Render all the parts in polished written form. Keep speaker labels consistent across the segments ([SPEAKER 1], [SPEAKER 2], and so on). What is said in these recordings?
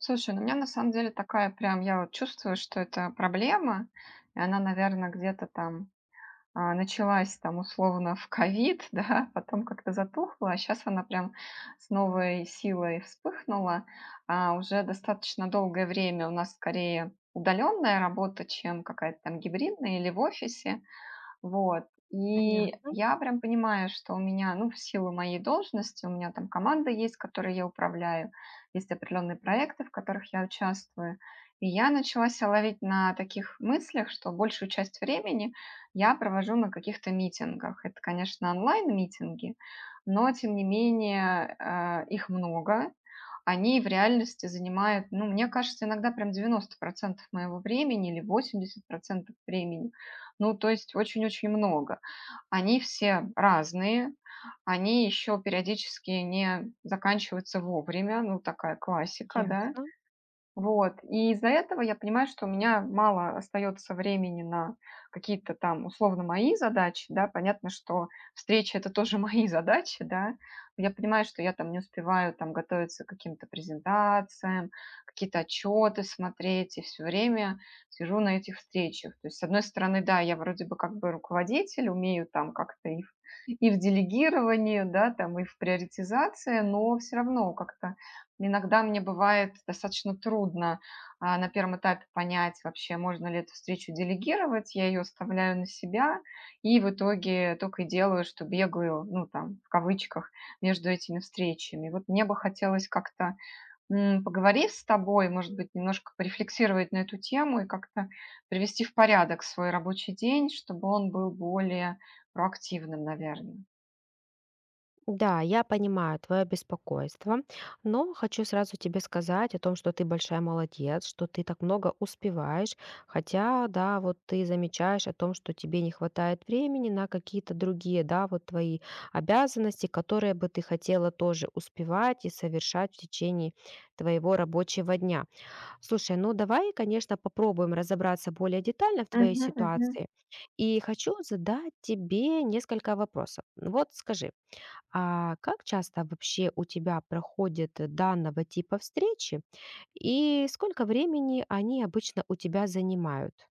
[SPEAKER 1] Слушай, ну у меня на самом деле такая прям, я вот чувствую, что это проблема, и она, наверное, где-то там началась там условно в ковид, да, потом как-то затухла, а сейчас она прям с новой силой вспыхнула. Уже достаточно долгое время у нас скорее удаленная работа, чем какая-то там гибридная или в офисе. Вот. И
[SPEAKER 2] Понятно,
[SPEAKER 1] я прям понимаю, что у меня, ну, в силу моей должности, у меня там команда есть, которой я управляю, есть определенные проекты, в которых я участвую. И я начала себя ловить на таких мыслях, что большую часть времени я провожу на каких-то митингах. Это, конечно, онлайн-митинги, но, тем не менее, их много. Они в реальности занимают, ну, мне кажется, иногда прям 90% моего времени или 80% времени. Ну, то есть очень-очень много. Они все разные, они еще периодически не заканчиваются вовремя, ну, такая классика, да.
[SPEAKER 2] ясно.
[SPEAKER 1] Вот, и из-за этого я понимаю, что у меня мало остается времени на какие-то там, условно, мои задачи, да. Понятно, что встреча это тоже мои задачи, да. Я понимаю, что я там не успеваю там готовиться к каким-то презентациям, какие-то отчеты смотреть, и все время сижу на этих встречах. То есть, с одной стороны, да, я вроде бы как бы руководитель, умею там как-то и в делегировании, да, там, и в приоритизации, но все равно как-то иногда мне бывает достаточно трудно, на первом этапе понять вообще, можно ли эту встречу делегировать. Я ее оставляю на себя и в итоге только и делаю, что бегаю, ну, там, в кавычках, между этими встречами. Вот мне бы хотелось как-то, поговорив с тобой, может быть, немножко порефлексировать на эту тему и как-то привести в порядок свой рабочий день, чтобы он был более проактивным, наверное.
[SPEAKER 2] Да, я понимаю твое беспокойство, но хочу сразу тебе сказать о том, что ты большая молодец, что ты так много успеваешь, хотя, да, вот ты замечаешь о том, что тебе не хватает времени на какие-то другие, да, вот твои обязанности, которые бы ты хотела тоже успевать и совершать в течение твоего рабочего дня. Слушай, ну давай, конечно, попробуем разобраться более детально в твоей
[SPEAKER 1] Мгм, мгм.
[SPEAKER 2] ситуации. И хочу задать тебе несколько вопросов. Ну вот скажи, а как часто вообще у тебя проходят данного типа встречи и сколько времени они обычно у тебя занимают?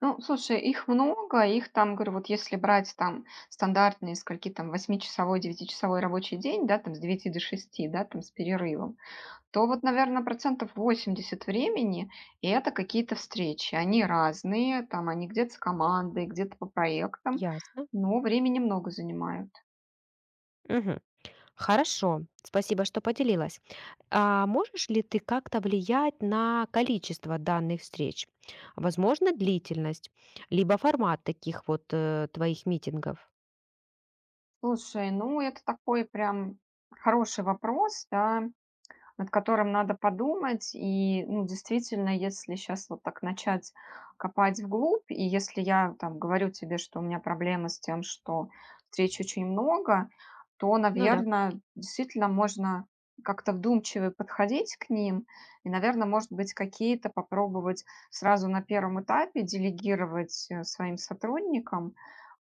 [SPEAKER 1] Ну, слушай, их много, их там, говорю, вот если брать там стандартные, скольки там, восьмичасовой, девятичасовой рабочий день, да, там с девяти до шести, да, там с перерывом, то вот, наверное, процентов 80 времени и это какие-то встречи. Они разные, там они где-то с командой, где-то по проектам,
[SPEAKER 2] Ясно.
[SPEAKER 1] но времени много занимают.
[SPEAKER 2] Мгм. Хорошо, спасибо, что поделилась. А можешь ли ты как-то влиять на количество данных встреч? Возможно, длительность, либо формат таких вот твоих митингов?
[SPEAKER 1] Слушай, ну это такой прям хороший вопрос, да, над которым надо подумать. И, ну, действительно, если сейчас вот так начать копать вглубь, и если я там говорю тебе, что у меня проблемы с тем, что встреч очень много, то,
[SPEAKER 2] Ну да.
[SPEAKER 1] наверное, действительно можно как-то вдумчиво подходить к ним, и, наверное, может быть, какие-то попробовать сразу на первом этапе делегировать своим сотрудникам.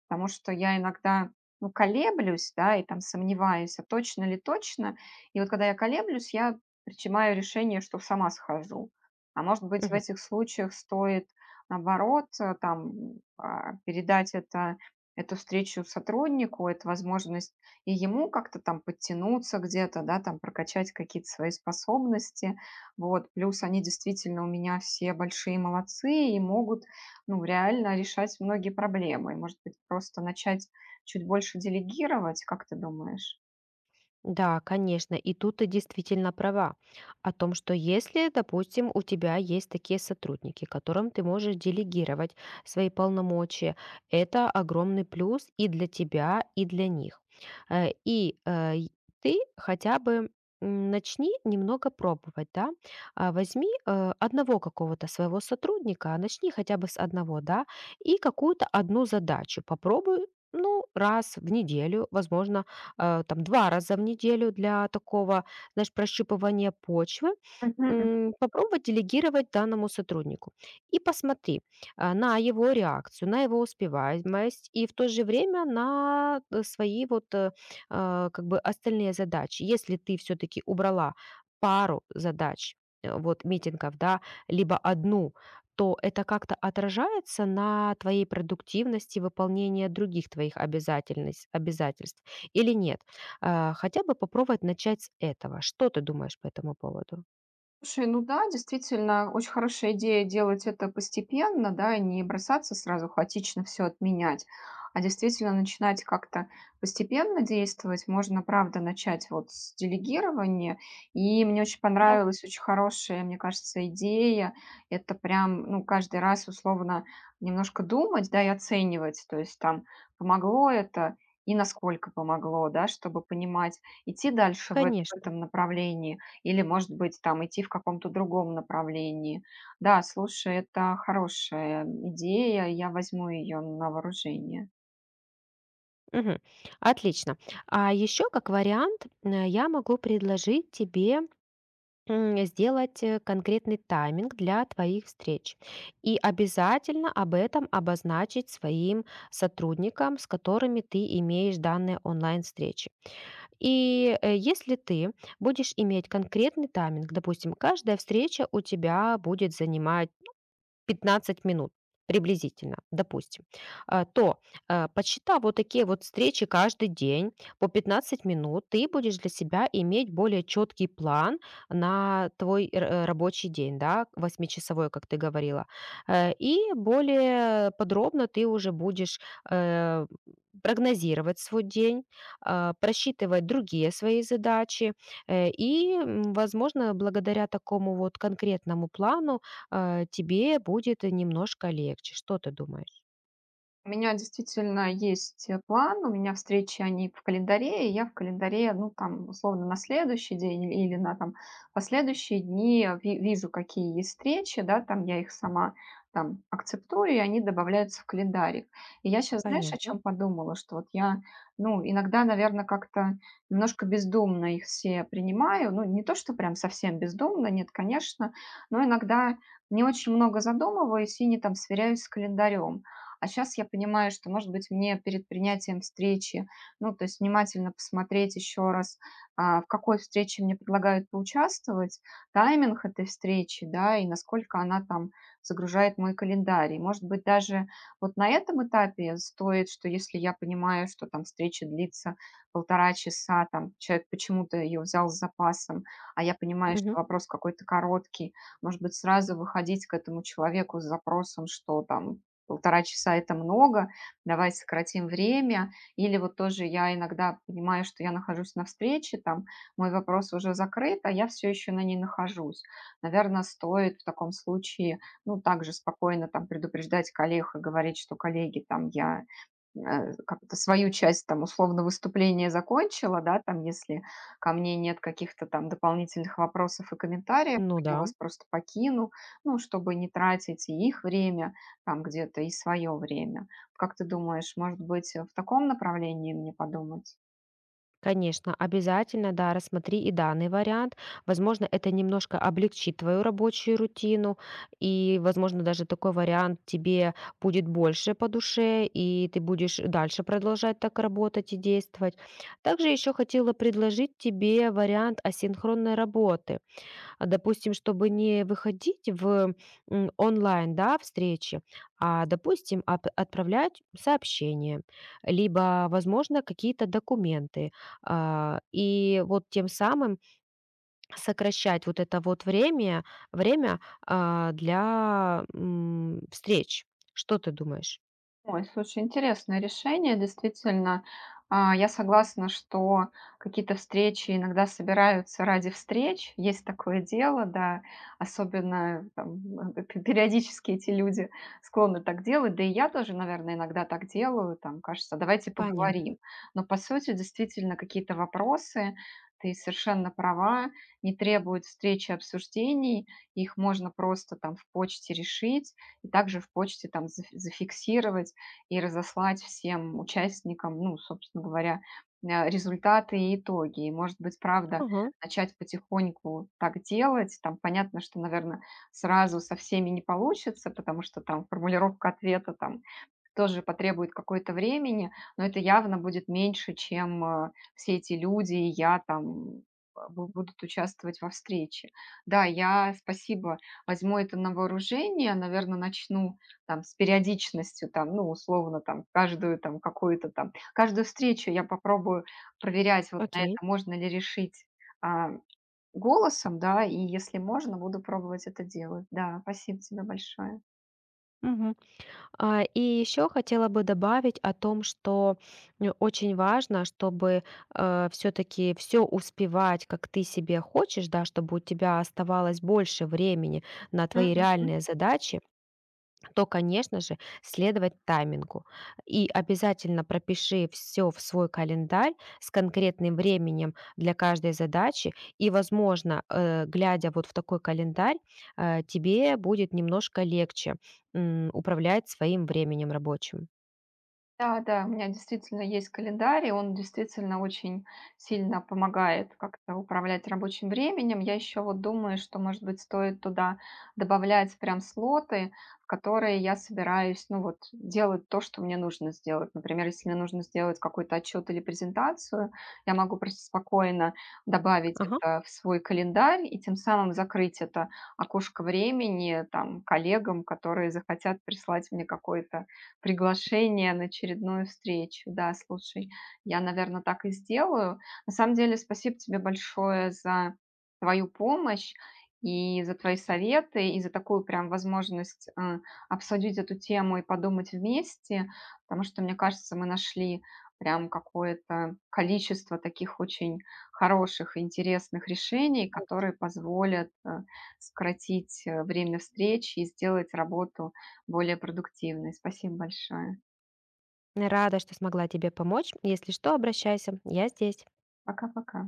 [SPEAKER 1] Потому что я иногда, ну, колеблюсь, да, и там сомневаюсь, а точно ли точно. И вот когда я колеблюсь, я принимаю решение, что сама схожу. А может быть, в этих случаях стоит, наоборот, передать это эту встречу сотруднику, это возможность и ему как-то там подтянуться где-то, да, там прокачать какие-то свои способности. Вот, плюс они действительно у меня все большие молодцы и могут, ну, реально решать многие проблемы. И, может быть, просто начать чуть больше делегировать, как ты думаешь?
[SPEAKER 2] Да, конечно, и тут ты действительно права о том, что если, допустим, у тебя есть такие сотрудники, которым ты можешь делегировать свои полномочия, это огромный плюс и для тебя, и для них. И и ты хотя бы начни немного пробовать, да, а, возьми одного какого-то своего сотрудника, начни хотя бы с одного, да, и какую-то одну задачу попробуй, ну, раз в неделю, возможно, там 2 раза в неделю для такого, знаешь, прощупывания почвы,
[SPEAKER 1] Мгм.
[SPEAKER 2] попробовать делегировать данному сотруднику. И посмотри, а, на его реакцию, на его успеваемость и в то же время на, свои вот, а, как бы остальные задачи. Если ты все таки убрала пару задач, вот митингов, да, либо одну, то это как-то отражается на твоей продуктивности выполнения других твоих обязательность обязательств или нет. А, хотя бы попробовать начать с этого. Что ты думаешь по этому поводу?
[SPEAKER 1] Слушай, ну да, действительно, очень хорошая идея делать это постепенно, да, и не бросаться сразу хаотично все отменять, а действительно начинать как-то постепенно действовать. Можно, правда, начать вот с делегирования. И мне очень
[SPEAKER 2] Да.
[SPEAKER 1] понравилась очень хорошая, мне кажется, идея. Это прям, ну, каждый раз условно немножко думать, да, и оценивать. То есть там помогло это и насколько помогло, да, чтобы понимать, идти дальше в эт- в
[SPEAKER 2] Конечно.
[SPEAKER 1] этом направлении или, может быть, там идти в каком-то другом направлении. Да, слушай, это хорошая идея, я возьму ее на вооружение.
[SPEAKER 2] Мгм. Отлично. А еще как вариант я могу предложить тебе сделать конкретный тайминг для твоих встреч и обязательно об этом обозначить своим сотрудникам, с которыми ты имеешь данные онлайн-встречи. И если ты будешь иметь конкретный тайминг, допустим, каждая встреча у тебя будет занимать 15 минут приблизительно, допустим, а, то, а, подсчитав вот такие вот встречи каждый день по 15 минут, ты будешь для себя иметь более четкий план на твой рабочий день, да, восьмичасовой, как ты говорила. И более подробно ты уже будешь э, прогнозировать свой день, а, просчитывать другие свои задачи. И, возможно, благодаря такому вот конкретному плану тебе будет немножко легче. Что ты думаешь?
[SPEAKER 1] У меня действительно есть, план, у меня встречи, они в календаре, и я в календаре, ну, там, условно, на следующий день или на, там, последующие дни э, ви вижу, какие есть встречи, да, там, я их сама, там, акцептую, и они добавляются в календарик. И я сейчас, знаешь, о
[SPEAKER 2] Понятно.
[SPEAKER 1] чем подумала, что вот я, ну, иногда, наверное, как-то немножко бездумно их все принимаю. Ну, не то, что прям совсем бездумно, нет, конечно, но иногда не очень много задумываюсь и не, там, сверяюсь с календарем. А сейчас я понимаю, что, может быть, мне перед принятием встречи, ну, то есть внимательно посмотреть еще раз, в какой встрече мне предлагают поучаствовать, тайминг этой встречи, да, и насколько она там загружает мой календарь. И, может быть, даже вот на этом этапе стоит, что если я понимаю, что там встреча длится полтора часа, там человек почему-то ее взял с запасом, а я понимаю,
[SPEAKER 2] Мгм.
[SPEAKER 1] что вопрос какой-то короткий, может быть, сразу выходить к этому человеку с запросом, что там полтора часа- это много, давай сократим время. Или вот тоже я иногда понимаю, что я нахожусь на встрече, там мой вопрос уже закрыт, а я все еще на ней нахожусь. Наверное, стоит в таком случае, ну, также спокойно там предупреждать коллег и говорить, что коллеги, там я как-то свою часть там условно выступления закончила, да, там если ко мне нет каких-то там дополнительных вопросов и комментариев,
[SPEAKER 2] Ну
[SPEAKER 1] то я
[SPEAKER 2] да.
[SPEAKER 1] вас просто покину, ну, чтобы не тратить и их время, там где-то и свое время. Вот, как ты думаешь, может быть, в таком направлении мне подумать?
[SPEAKER 2] Конечно, обязательно, да, рассмотри и данный вариант. Возможно, это немножко облегчит твою рабочую рутину, и, возможно, даже такой вариант тебе будет больше по душе, и ты будешь дальше продолжать так работать и действовать. Также еще хотела предложить тебе вариант асинхронной работы. А, допустим, чтобы не выходить в, онлайн, да, встречи, а, допустим, ап отправлять сообщения, либо, возможно, какие-то документы. А, и вот тем самым сокращать вот это вот время, а, для, встреч. Что ты думаешь?
[SPEAKER 1] Ой, слушай, интересное решение, действительно. Я согласна, что какие-то встречи иногда собираются ради встреч. Есть такое дело, да. Особенно там, э, пе периодически эти люди склонны так делать. Да и я тоже, наверное, иногда так делаю. Там кажется: "Давайте поговорим".
[SPEAKER 2] Понятно.
[SPEAKER 1] Но, по сути, действительно, какие-то вопросы, ты совершенно права, не требуют встречи и обсуждений. Их можно просто там в почте решить и также в почте там зафиксировать и разослать всем участникам, ну, собственно говоря, результаты и итоги. И, может быть, правда,
[SPEAKER 2] Ага,
[SPEAKER 1] начать потихоньку так делать. Там понятно, что, наверное, сразу со всеми не получится, потому что там формулировка ответа там тоже потребует какое-то времени, но это явно будет меньше, чем все эти люди и я там будут участвовать во встрече. Да, я, спасибо, возьму это на вооружение, наверное, начну там с периодичностью, там, ну, условно, там, каждую там какую-то там, каждую встречу я попробую проверять вот на это,
[SPEAKER 2] окей.
[SPEAKER 1] можно ли решить, а, голосом, да, и если можно, буду пробовать это делать. Да, спасибо тебе большое.
[SPEAKER 2] Мгм. А, и еще хотела бы добавить о том, что очень важно, чтобы все-таки все успевать, как ты себе хочешь, да, чтобы у тебя оставалось больше времени на твои
[SPEAKER 1] Мгм.
[SPEAKER 2] реальные задачи, то, конечно же, следовать таймингу. И обязательно пропиши все в свой календарь с конкретным временем для каждой задачи. И, возможно, глядя вот в такой календарь, тебе будет немножко легче управлять своим временем рабочим.
[SPEAKER 1] Да, да, у меня действительно есть календарь, и он действительно очень сильно помогает как-то управлять рабочим временем. Я еще вот думаю, что, может быть, стоит туда добавлять прям слоты, в которые я собираюсь, ну вот, делать то, что мне нужно сделать. Например, если мне нужно сделать какой-то отчет или презентацию, я могу просто спокойно добавить
[SPEAKER 2] Ага.
[SPEAKER 1] это в свой календарь и тем самым закрыть это окошко времени там коллегам, которые захотят прислать мне какой-то приглашение на очередную встречу. Да, слушай, я, наверное, так и сделаю. На самом деле, спасибо тебе большое за твою помощь и за твои советы, и за такую прям возможность обсудить эту тему и подумать вместе, потому что, мне кажется, мы нашли прям какое-то количество таких очень хороших и интересных решений, которые позволят сократить время встречи и сделать работу более продуктивной. Спасибо большое.
[SPEAKER 2] Рада, что смогла тебе помочь. Если что, обращайся. Я здесь.
[SPEAKER 1] Пока-пока.